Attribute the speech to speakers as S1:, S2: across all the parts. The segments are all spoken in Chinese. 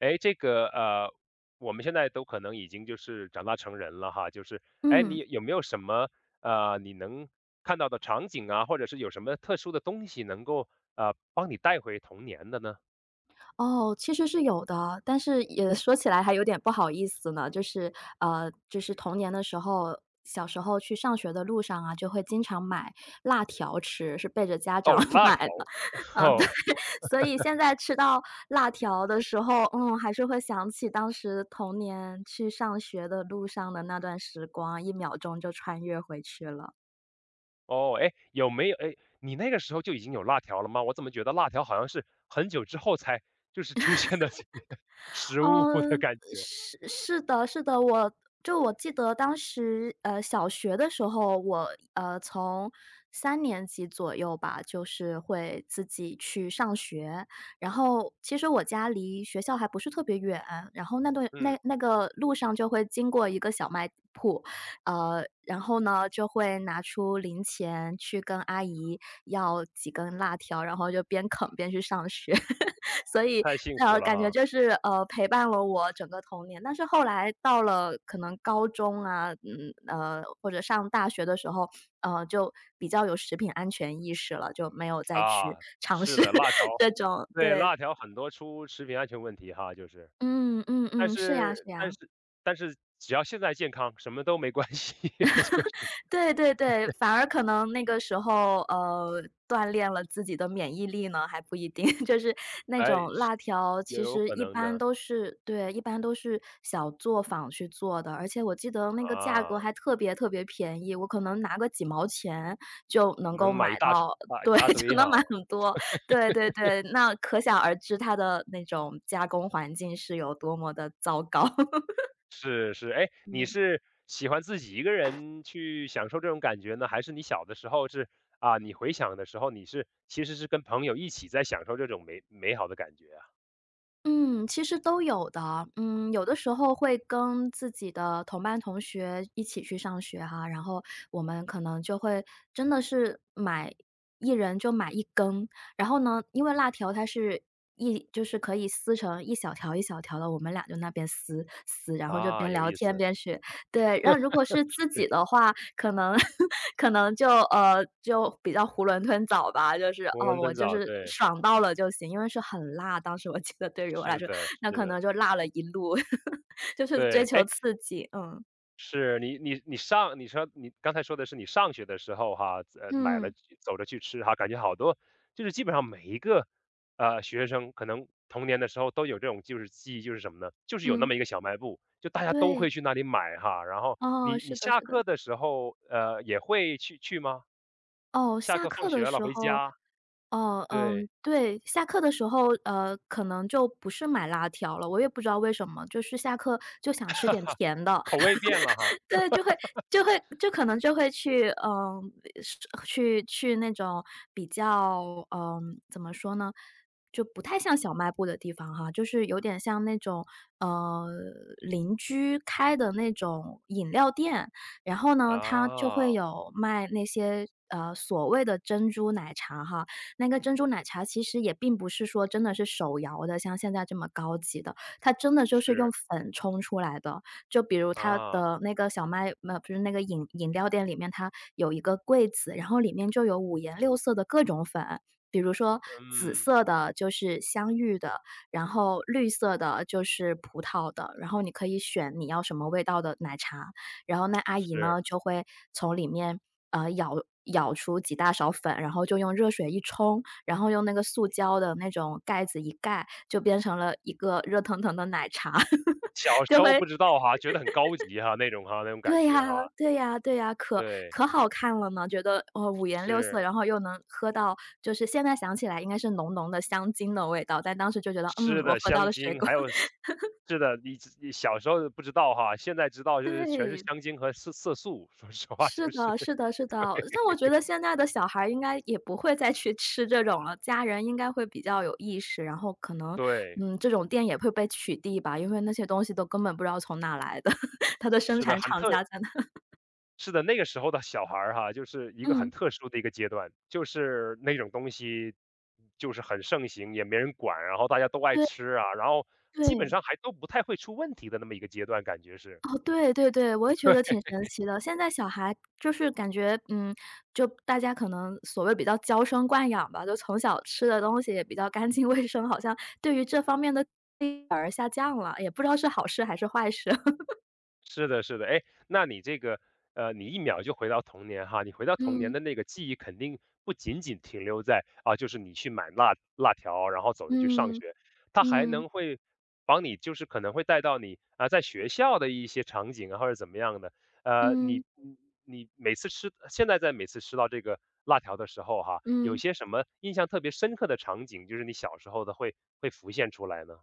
S1: 哎，这个我们现在都可能已经就是长大成人了哈，就是哎，
S2: 嗯，
S1: 你有没有什么你能看到的场景啊，或者是有什么特殊的东西能够帮你带回童年的呢？
S2: 哦，其实是有的，但是也 说起来还有点不好意思呢。就是，童年的时候，小时候去上学的路上啊，就会经常买辣条吃，是背着家长
S1: 哦，辣
S2: 买
S1: 条，
S2: 的。啊，对，
S1: 哦
S2: 所以现在吃到辣条的时候，还是会想起当时童年去上学的路上的那段时光，一秒钟就穿越回去了。
S1: 哦，哎，有没有哎，你那个时候就已经有辣条了吗？我怎么觉得辣条好像是很久之后才就是出现的 食物的
S2: 嗯，
S1: 感觉？
S2: 是的是的，我记得当时，小学的时候，我，从三年级左右吧，就是会自己去上学。然后其实我家离学校还不是特别远，然后那段
S1: 嗯，
S2: 那那个路上就会经过一个小卖铺，然后呢，就会拿出零钱去跟阿姨要几根辣条，然后就边啃边去上学。所以，
S1: 太幸福了
S2: 感觉
S1: 哈
S2: 就是，陪伴了我整个童年。但是后来到了可能高中啊，或者上大学的时候，就比较有食品安全意识了，就没有再去
S1: 啊，
S2: 尝
S1: 是
S2: 试
S1: 的，辣 条
S2: 这种。
S1: 对，
S2: 对，
S1: 辣条很多出食品安全问题哈，就是，
S2: 嗯嗯
S1: 但
S2: 嗯，是呀是
S1: 是但
S2: 呀。
S1: 是但是只要现在健康，什么都没关系，就是，
S2: 对对对，反而可能那个时候，锻炼了自己的免疫力呢，还不一定。就是那
S1: 哎，
S2: 种辣条，
S1: 也
S2: 其
S1: 有
S2: 实
S1: 可
S2: 一
S1: 能
S2: 般
S1: 的，
S2: 都是对，一般都是小作坊去做的，而且我记得那个价
S1: 啊，
S2: 格还特别特别便宜，我可能拿个几毛钱就能够
S1: 能买一
S2: 买
S1: 大车
S2: 到，
S1: 大一
S2: 对，
S1: 大
S2: 就
S1: 堆哈，
S2: 能买很多。对对对，那可想而知它的那种加工环境是有多么的糟糕。
S1: 是是，哎，你
S2: 嗯。
S1: 是喜欢自己一个人去享受这种感觉呢，还是你小的时候是啊，你回想的时候你是其实是跟朋友一起在享受这种美好的感觉啊？
S2: 嗯，其实都有的。嗯，有的时候会跟自己的同班同学一起去上学哈，然后我们可能就会真的是买一人就买一根，然后呢，因为辣条它是就是可以撕成一小条一小条的，我们俩就那边撕撕，然后就
S1: 啊，
S2: 边
S1: 有
S2: 聊
S1: 意
S2: 天
S1: 思，
S2: 边学。对，然后如果是自己的话，可能 可能就，就比较囫囵吞枣吧，就是，
S1: 囫
S2: 哦，
S1: 囵
S2: 我
S1: 吞
S2: 就
S1: 枣，
S2: 是
S1: 对，
S2: 爽到了就行，因为是很辣，当时我记得对于我来
S1: 是
S2: 说，
S1: 的
S2: 那
S1: 是
S2: 可
S1: 的，
S2: 能就辣了一路，就是追
S1: 对，
S2: 求
S1: 哎，
S2: 刺激，嗯。
S1: 是，你刚才说的是你上学的时候哈，买了
S2: 嗯，
S1: 走着去吃哈，感觉好多就是基本上每一个，学生可能童年的时候都有这种就是记忆，就是什么呢？就是有那
S2: 嗯，
S1: 么一个小卖部，就大家都
S2: 对，
S1: 会去那里买哈。然后
S2: 哦，是的
S1: 下
S2: 是的。
S1: 课的时候，也会去吗？
S2: 哦，
S1: 下
S2: 下
S1: 课放
S2: 课的
S1: 学了
S2: 时
S1: 回
S2: 候。
S1: 家，
S2: 哦，
S1: 对，
S2: 嗯，对，下课的时候，可能就不是买辣条了，我也不知道为什么，就是下课就想吃点甜的。
S1: 口味变了哈。
S2: 对，就可能就会去，是去那种比较，怎么说呢，就不太像小卖部的地方哈，就是有点像那种，呃，邻居开的那种饮料店，然后呢，它就会
S1: 啊，
S2: 有卖那些。所谓的珍珠奶茶哈，那个珍珠奶茶其实也并不是说真的是手摇的，像现在这么高级的，它真的就是用
S1: 是，
S2: 粉冲出来的。就比如它
S1: 啊，
S2: 的那个不是那个饮料店里面，它有一个柜子，然后里面就有五颜六色的各种粉。比如说紫
S1: 嗯，
S2: 色的就是香芋的，然后绿色的就是葡萄的，然后你可以选你要什么味道的奶茶。然后那阿姨
S1: 是。
S2: 呢，就会从里面，舀出几大勺粉，然后就用热水一冲，然后用那个塑胶的那种盖子一盖，就变成了一个热腾腾的奶茶，
S1: 小
S2: 就
S1: 时候
S2: 会
S1: 不知道哈，觉得很高级哈，那种哈，那种感
S2: 对呀，
S1: 觉哈。
S2: 对呀，对呀，可
S1: 对，
S2: 可好看了呢，觉得，哦，五颜六色，
S1: 是，
S2: 然后又能喝到就是现在想起来应该是浓浓的香精的味道，但当时就觉得，
S1: 吃
S2: 我
S1: 的、
S2: 喝到
S1: 香
S2: 了水
S1: 精，
S2: 果。
S1: 还有是 是的，小时候不知道哈，现在知道就是全是
S2: 对，
S1: 香精和色素，说实话
S2: 是
S1: 就是
S2: 的，是 的，是的，那我觉得现在的小孩儿应该也不会再去吃这种了，家人应该会比较有意识，然后可能，
S1: 对，
S2: 这种店也会被取缔吧，因为那些东西都根本不知道从哪来的，它的生
S1: 是的，
S2: 产厂家在哪？
S1: 是的，那个时候的小孩儿哈，就是一个很
S2: 嗯，
S1: 特殊的一个阶段，就是那种东西就是很盛行，也没人管，然后大家都爱
S2: 对，
S1: 吃啊，然后基本
S2: 对。
S1: 上还都不太会出问题的那么一个阶段，感觉是。
S2: 哦，对对对，我也觉得挺神奇的。现在小孩就是感觉，就大家可能所谓比较娇生惯养吧，就从小吃的东西也比较干净卫生，好像对于这方面的反而下降了，也不知道是好事还是坏事。
S1: 是的，是的，哎，那你这个，你一秒就回到童年哈，你回到童年
S2: 嗯，
S1: 的那个记忆肯定不仅仅停留在啊，就是你去买辣条，然后走着去上
S2: 嗯，
S1: 学，它还
S2: 嗯，
S1: 能会帮你，就是可能会带到你啊，在学校的一些场景啊，或者怎么样的，呃，
S2: 嗯，
S1: 你
S2: 嗯
S1: 你你每次吃，现在每次吃到这个辣条的时候哈，有
S2: 嗯。
S1: 些什么印象特别深刻的场景，就是你小时候的会浮现出来呢？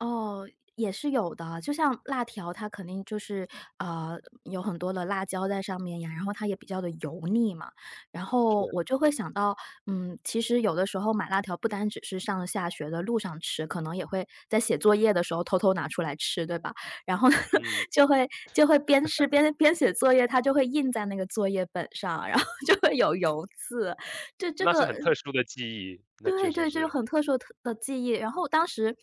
S2: 哦，也是有的。就像辣条，它肯定就是，呃，有很多的辣椒在上面呀，然后它也比较的油腻嘛。然后
S1: 是，
S2: 我就会想到，其实有的时候买辣条不单只是上下学的路上吃，可能也会在写作业的时候偷偷拿出来吃，对吧？然后呢，
S1: 嗯，
S2: 就会边吃边写作业，它就会印在那个作业本上，然后就会有油渍。
S1: 那是很特殊的记忆，那确
S2: 对对，
S1: 实
S2: 这就有
S1: 是。
S2: 很特殊的记忆。然后当时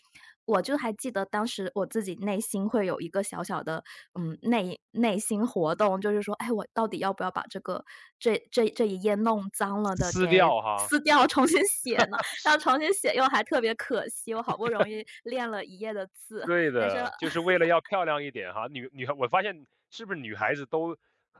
S2: 我就还记得，当时我自己内心会有一个小小的，内心活动，就是说，哎，我到底要不要把这一页弄脏了的
S1: 撕
S2: 给
S1: 掉哈，
S2: 撕掉，重新写呢？然后重新写又还特别可惜，我好不容易练了一页的字，
S1: 对
S2: 但是
S1: 的，就是为 了要漂亮一点哈。女孩我发现是不是女孩子都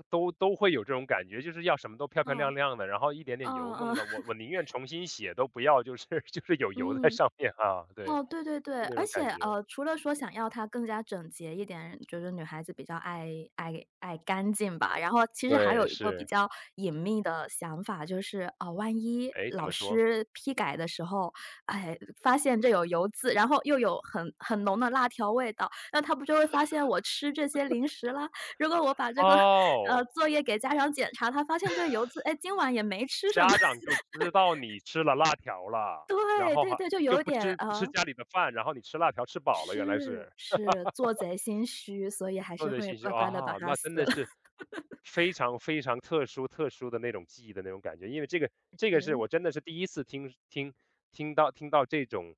S1: 会有这种感觉，就是要什么都漂漂
S2: 嗯
S1: 亮亮的，然后一点点
S2: 嗯
S1: 油
S2: 嗯嗯
S1: 弄了，我 宁愿重新写都不要，就是 就是有油在
S2: 嗯。
S1: 上面啊，对，
S2: 哦，对对对，
S1: 就那
S2: 而
S1: 种
S2: 且，
S1: 感觉。
S2: 除了说想要它更加整洁一点，就是女孩子比较爱爱干净吧，然后其实还
S1: 对，
S2: 有一个比
S1: 是，
S2: 较隐秘的想法，就是，啊，万一
S1: 哎，怎
S2: 老
S1: 么说？
S2: 师批改的时候，哎，发现这有油渍，然后又有很浓的辣条味道，那他不就会发现我吃这些零食啦？如果我把这个，
S1: 哦，
S2: 作业给家长检查，他发现这个油渍，哎，今晚也没吃什
S1: 家
S2: 么。
S1: 长就 知道你吃了辣条了，然
S2: 对，
S1: 后
S2: 对
S1: 还
S2: 对，就
S1: 就
S2: 有点，
S1: 不吃家里的饭，然后你吃辣条吃饱了，原来
S2: 是，
S1: 是。
S2: 是，做贼心虚，所以还
S1: 获
S2: 是
S1: 得
S2: 会
S1: 信息，
S2: 乖乖的把
S1: 啊，
S2: 它
S1: 那真
S2: 撕了。
S1: 的是非常非常特殊特殊的那种记忆的那种感觉，因为这个是
S2: 嗯
S1: 我真的是第一次听到这种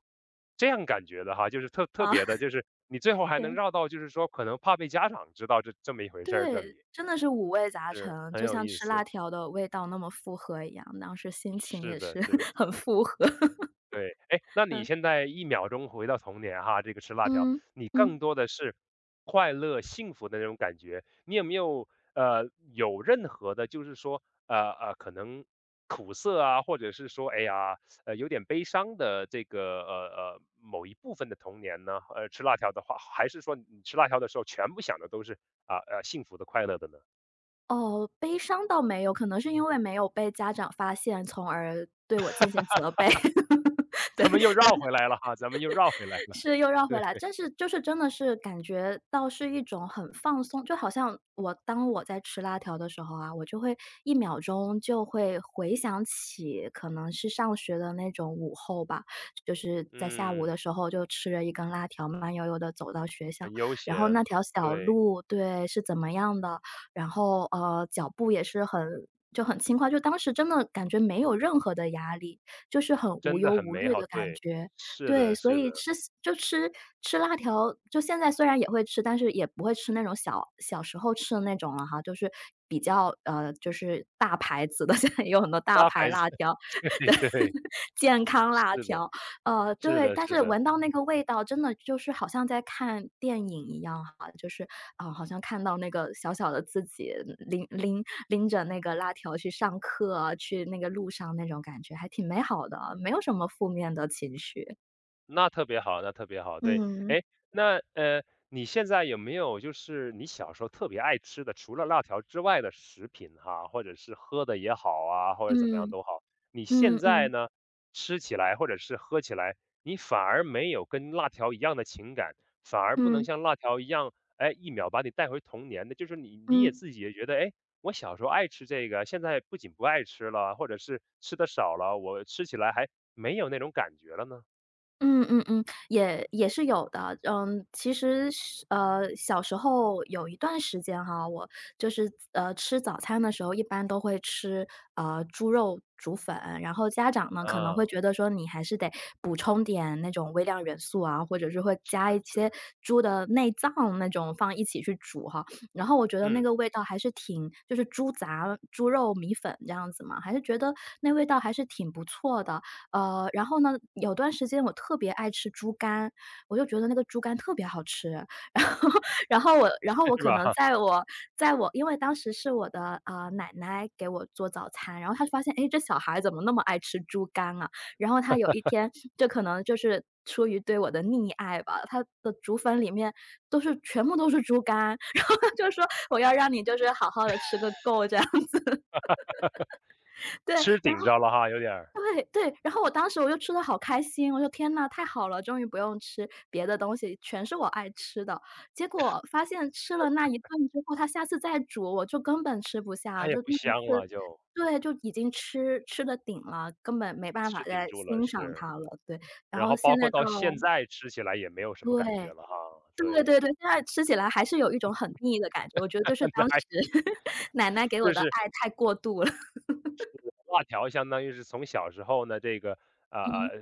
S1: 这样感觉的哈，就是特
S2: 啊，
S1: 别的，就是你最后还能
S2: 对。
S1: 绕到，就是说可能怕被家长知道这么一回事儿，这
S2: 对，
S1: 里
S2: 真的是五味杂
S1: 是
S2: 陈，
S1: 很
S2: 就
S1: 有
S2: 像
S1: 意
S2: 吃辣
S1: 思，
S2: 条的味道那么复合一样，当时心情
S1: 是
S2: 也
S1: 的，
S2: 是
S1: 是的。
S2: 很复合。
S1: 对，哎，那你
S2: 嗯。
S1: 现在一秒钟回到童年哈，这个吃辣条，
S2: 嗯，
S1: 你更
S2: 嗯，
S1: 多的是快乐、幸福的那种感觉。你有没有，呃，有任何的就是说，可能苦涩啊，或者是说，哎呀，有点悲伤的这个，某一部分的童年呢？吃辣条的话，还是说你吃辣条的时候全部想的都是，啊，幸福的、快乐的呢？
S2: 哦，悲伤倒没有，可能是因为没有被家长发现，从而对我进行责备。
S1: 咱
S2: 对。
S1: 们又绕回来了哈，咱们又绕回来了，
S2: 是，又绕回
S1: 对，
S2: 来，但是就是真的是感觉到是一种很放松，就好像我当我在吃辣条的时候啊，我就会一秒钟就会回想起可能是上学的那种午后吧，就是在下午的
S1: 嗯，
S2: 时候就吃着一根辣条，慢悠悠的走到学校，
S1: 很悠闲，
S2: 然后那条小
S1: 对。
S2: 路，对，是怎么样的，然后，脚步也是很轻快，就当时真的感觉没有任何的压力，就是很无
S1: 真的
S2: 忧
S1: 很
S2: 无
S1: 美
S2: 虑
S1: 好，
S2: 的感
S1: 对，
S2: 觉。
S1: 是
S2: 对，
S1: 的
S2: 所
S1: 是的，
S2: 以就吃吃辣条，就现在虽然也会吃，但是也不会吃那种小时候吃的那种了哈，就是比较就是大牌子的，现在也有很多大
S1: 大
S2: 牌
S1: 白菜，
S2: 辣条，对，
S1: 对，
S2: 健康
S1: 是
S2: 辣
S1: 的
S2: 条，
S1: 是
S2: 对，
S1: 的
S2: 但
S1: 是
S2: 是
S1: 的。
S2: 闻到那个味道，真的就是好像在看电影一样哈，就是啊、好像看到那个小小的自己拎拎拎着那个辣条去上课啊去那个路上那种感觉，还挺美好的啊，没有什么负面的情绪。
S1: 那特别好，那特别好。对，
S2: 嗯。
S1: 哎，那你现在有没有就是你小时候特别爱吃的，除了辣条之外的食品哈，或者是喝的也好啊，或者怎么样
S2: 嗯，
S1: 都好，你
S2: 嗯
S1: 现在
S2: 嗯
S1: 呢吃起来或者是喝起来，你反而没有跟辣条一样的情感，反而不能
S2: 嗯，
S1: 像辣条一样，哎，一秒把你带回童年的，就是你也
S2: 嗯。
S1: 自己也觉得，哎，我小时候爱吃这个，现在不仅不爱吃了，或者是吃的少了，我吃起来还没有那种感觉了呢？
S2: 嗯嗯嗯，也是有的。嗯，其实是小时候有一段时间哈，我就是吃早餐的时候，一般都会吃猪肉煮粉，然后家长呢可能会
S1: 啊。
S2: 觉得说你还是得补充点那种微量元素啊，或者是会
S1: 是
S2: 加一
S1: 的，是
S2: 些
S1: 的，
S2: 猪的内脏那种放一起去煮哈。然后我觉得那
S1: 嗯，
S2: 个味道还是挺，就是猪杂、猪肉米粉这样子嘛，还是觉得那味道还是挺不错的。然后呢，有段时间我特别爱吃猪肝，我就觉得那个猪肝特别好吃。然后然后我然后 我
S1: 是
S2: 可
S1: 吧？
S2: 能
S1: 哈，
S2: 在我在我因为当时是我的，奶奶给我做早餐，然后她发现，哎，这小孩怎么那么爱吃猪肝啊？然后她有一天这可能就是出于对我的溺爱吧，她的竹粉里面全部都是猪肝，然后她就说：“我要让你就是好好的吃个够。”这样，对，
S1: 吃
S2: 然
S1: 顶
S2: 后
S1: 着了哈，有点儿，
S2: 对对，然后我当时我就吃的好开心，我说：“天呐，太好了，终于不用吃别的东西，全是我爱吃的。”结果发现吃了那一顿之后，他下次再煮，我就根本吃不下
S1: 它
S2: 了，
S1: 也
S2: 就
S1: 不
S2: 那一
S1: 香
S2: 次
S1: 了就，
S2: 对，就已经吃的顶了，根本没办法
S1: 吃顶
S2: 再
S1: 住了，
S2: 欣赏
S1: 是。
S2: 它了，对。然
S1: 然
S2: 后
S1: 后包
S2: 现
S1: 括
S2: 在到
S1: 到现在吃起来也没有什么感觉
S2: 对，
S1: 了哈，
S2: 对
S1: 对，
S2: 对对，现在吃起来还是有一种很腻的感觉，我觉得就是
S1: 那
S2: 当时
S1: 还
S2: 奶奶给我
S1: 就
S2: 的爱
S1: 是
S2: 太过度了。
S1: 辣条相当于是从小时候呢，这个，呃呃
S2: 嗯，
S1: 呃，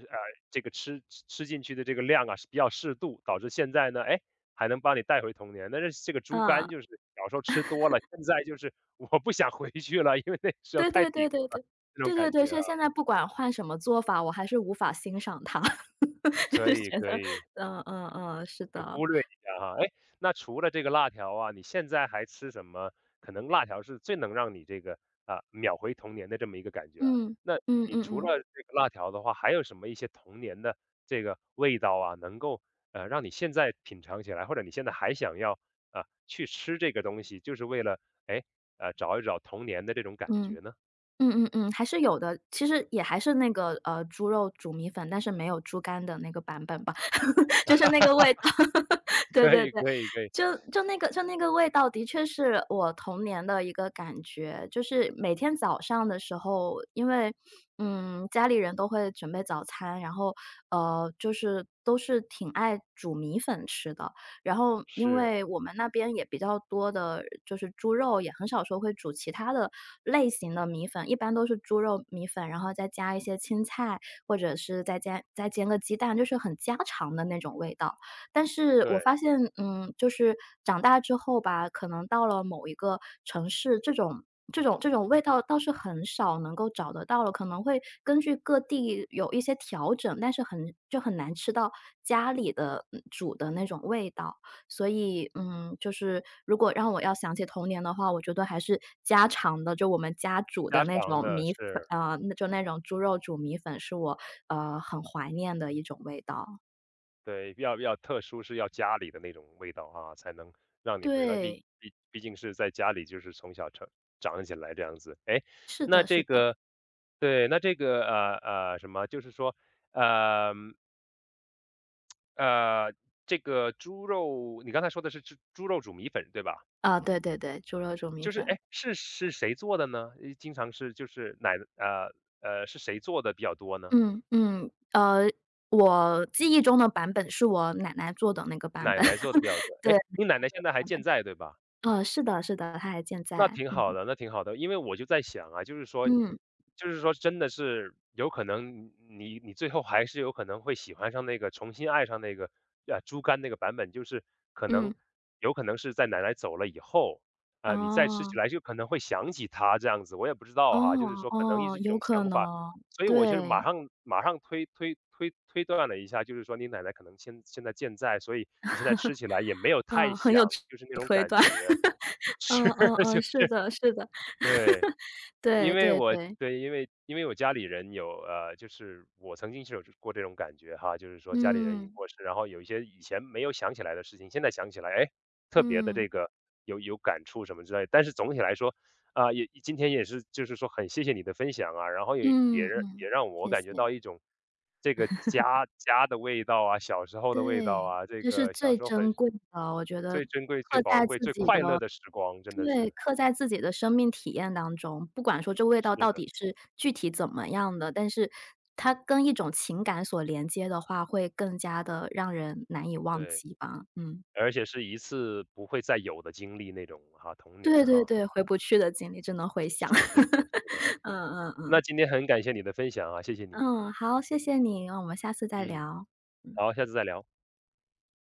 S1: 这个吃进去的这个量啊，是比较适度，导致现在呢，哎，还能帮你带回童年。但是这个猪
S2: 嗯。
S1: 肝就是小时候吃多了，现在就是我不想回去了，因为那时候
S2: 对
S1: 太
S2: 对
S1: 顶
S2: 对对
S1: 了，
S2: 对，
S1: 这种
S2: 对对
S1: 感
S2: 对，
S1: 觉啊，
S2: 所以现在不管换什么做法，我还是无法欣赏它，就
S1: 可
S2: 是
S1: 以，
S2: 觉
S1: 可
S2: 得
S1: 以。
S2: 嗯嗯嗯，是
S1: 就
S2: 的，
S1: 忽略一下哈。哎，那除了这个辣条啊，你现在还吃什么？可能辣条是最能让你这个啊、秒回童年的这么一个感觉啊。
S2: 嗯，
S1: 那
S2: 嗯
S1: 你
S2: 嗯
S1: 除
S2: 嗯，
S1: 了这个辣条的话，还有什么一些童年的这个味道啊，能够让你现在品尝起来，或者你现在还想要啊、去吃这个东西，就是为了哎找一找童年的这种感
S2: 嗯。
S1: 觉呢？
S2: 嗯嗯嗯，还是有的，其实也还是那个，猪肉煮米粉，但是没有猪肝的那个版本吧，就是那个味道。对
S1: 可
S2: 对
S1: 以，
S2: 对，
S1: 可以，可以，
S2: 就那个味道的确是我童年的一个感觉，就是每天早上的时候，因为，嗯，家里人都会准备早餐，然后，就是都是挺爱煮米粉吃的。然后因
S1: 是
S2: 为我们那边也比较多的就是猪肉，也很少说会煮其他的类型的米粉，一般都是猪肉米粉，然后再加一些青菜，或者是再加再煎个鸡蛋，就是很家常的那种味道。但是我发
S1: 对
S2: 现，嗯，就是长大之后吧，可能到了某一个城市，这种味道倒是很少能够找得到了，可能会根据各地有一些调整，但是很就很难吃到家里的嗯煮的那种味道。所以，嗯，就是如果让我要想起童年的话，我觉得还是家常的，就我们家煮的
S1: 家
S2: 那
S1: 常
S2: 种
S1: 的
S2: 米粉，
S1: 是。
S2: 啊、那就那种猪肉煮米粉，是我很怀念的一种味道。
S1: 对，比较比较特殊是要家里的那种味道啊，才能让你回来。
S2: 对，
S1: 毕竟是在家里，就是从小成长起来这样子。哎，
S2: 是
S1: 那
S2: 的是
S1: 这
S2: 的，
S1: 个，对，那这个什么，就是说，呃呃，这个猪肉，你刚才说的是猪肉煮米粉对吧？
S2: 啊，对对对，猪肉煮米
S1: 就是
S2: 粉。
S1: 哎，是谁做的呢？诶经常是就是是谁做的比较多呢？
S2: 嗯嗯，我记忆中的版本是我奶奶做的那个版
S1: 奶
S2: 本，
S1: 奶做的比较 多。哎，
S2: 对，
S1: 你奶奶现在还
S2: 版
S1: 健
S2: 本。
S1: 在对吧？
S2: 是的是的，它还健
S1: 那
S2: 在，
S1: 挺好
S2: 嗯
S1: 的，那挺好的。因为我就在想啊，就是说
S2: 嗯
S1: 真的是有可能你你最后还是有可能会喜欢上那个重新爱上那个，猪肝那个版本。就是可能
S2: 嗯，
S1: 有可能是在奶奶走了以后，啊，你再吃起
S2: 哦，
S1: 来就可能会想起她这样子，我也不知
S2: 哦
S1: 道哈，就是说可能一
S2: 哦，
S1: 直一
S2: 有
S1: 种
S2: 可
S1: 想法。
S2: 能，
S1: 所以我就是
S2: 对，
S1: 马上推断了一下，就是说你奶奶可能现在健在，所以你现在吃起来也没有太
S2: 嗯，很有
S1: 想，
S2: 值
S1: 就是那
S2: 得
S1: 种
S2: 推
S1: 感
S2: 断。
S1: 觉。
S2: 嗯
S1: 是，
S2: 嗯嗯，
S1: 就
S2: 是
S1: 是
S2: 的是的，
S1: 对，因
S2: 对
S1: 为
S2: 对
S1: 我
S2: 对，
S1: 对，因为我家里人有，就是我曾经是有过这种感觉哈，就是说家里人已经
S2: 嗯，
S1: 过世，然后有一些以前没有想起来的事情，现在想起来，哎，特别的
S2: 嗯，
S1: 这个有感触什么之类的。但是总体来说，啊、也今天也是就是说很谢谢你的分享啊，然后
S2: 嗯
S1: 也
S2: 嗯，
S1: 让我
S2: 谢
S1: 感觉
S2: 谢。
S1: 到一种这个家的味道啊，小时候的味道
S2: 对，
S1: 啊，这
S2: 这是
S1: 个小
S2: 最
S1: 时候
S2: 珍贵的，我觉得
S1: 最珍贵、最
S2: 刻
S1: 宝
S2: 在
S1: 贵、
S2: 自
S1: 最
S2: 己的
S1: 快乐的时光，真的
S2: 对，
S1: 是
S2: 刻在自己的生命体验当中，不管说这味
S1: 是
S2: 道到
S1: 的，
S2: 底是具体怎么样的，但是它跟一种情感所连接的话，会更加的让人难以忘
S1: 对。
S2: 记吧，嗯。
S1: 而且是一次不会再有的经历那种哈，童
S2: 对
S1: 年
S2: 对
S1: 哈。
S2: 对，回不去的经历只能回想。
S1: 是的，是的。
S2: 嗯嗯
S1: 那
S2: 嗯，
S1: 今天很感谢你的分享啊，谢谢你。
S2: 嗯，好，谢谢你，我们下次再
S1: 嗯，
S2: 聊。嗯。
S1: 好，下次再聊。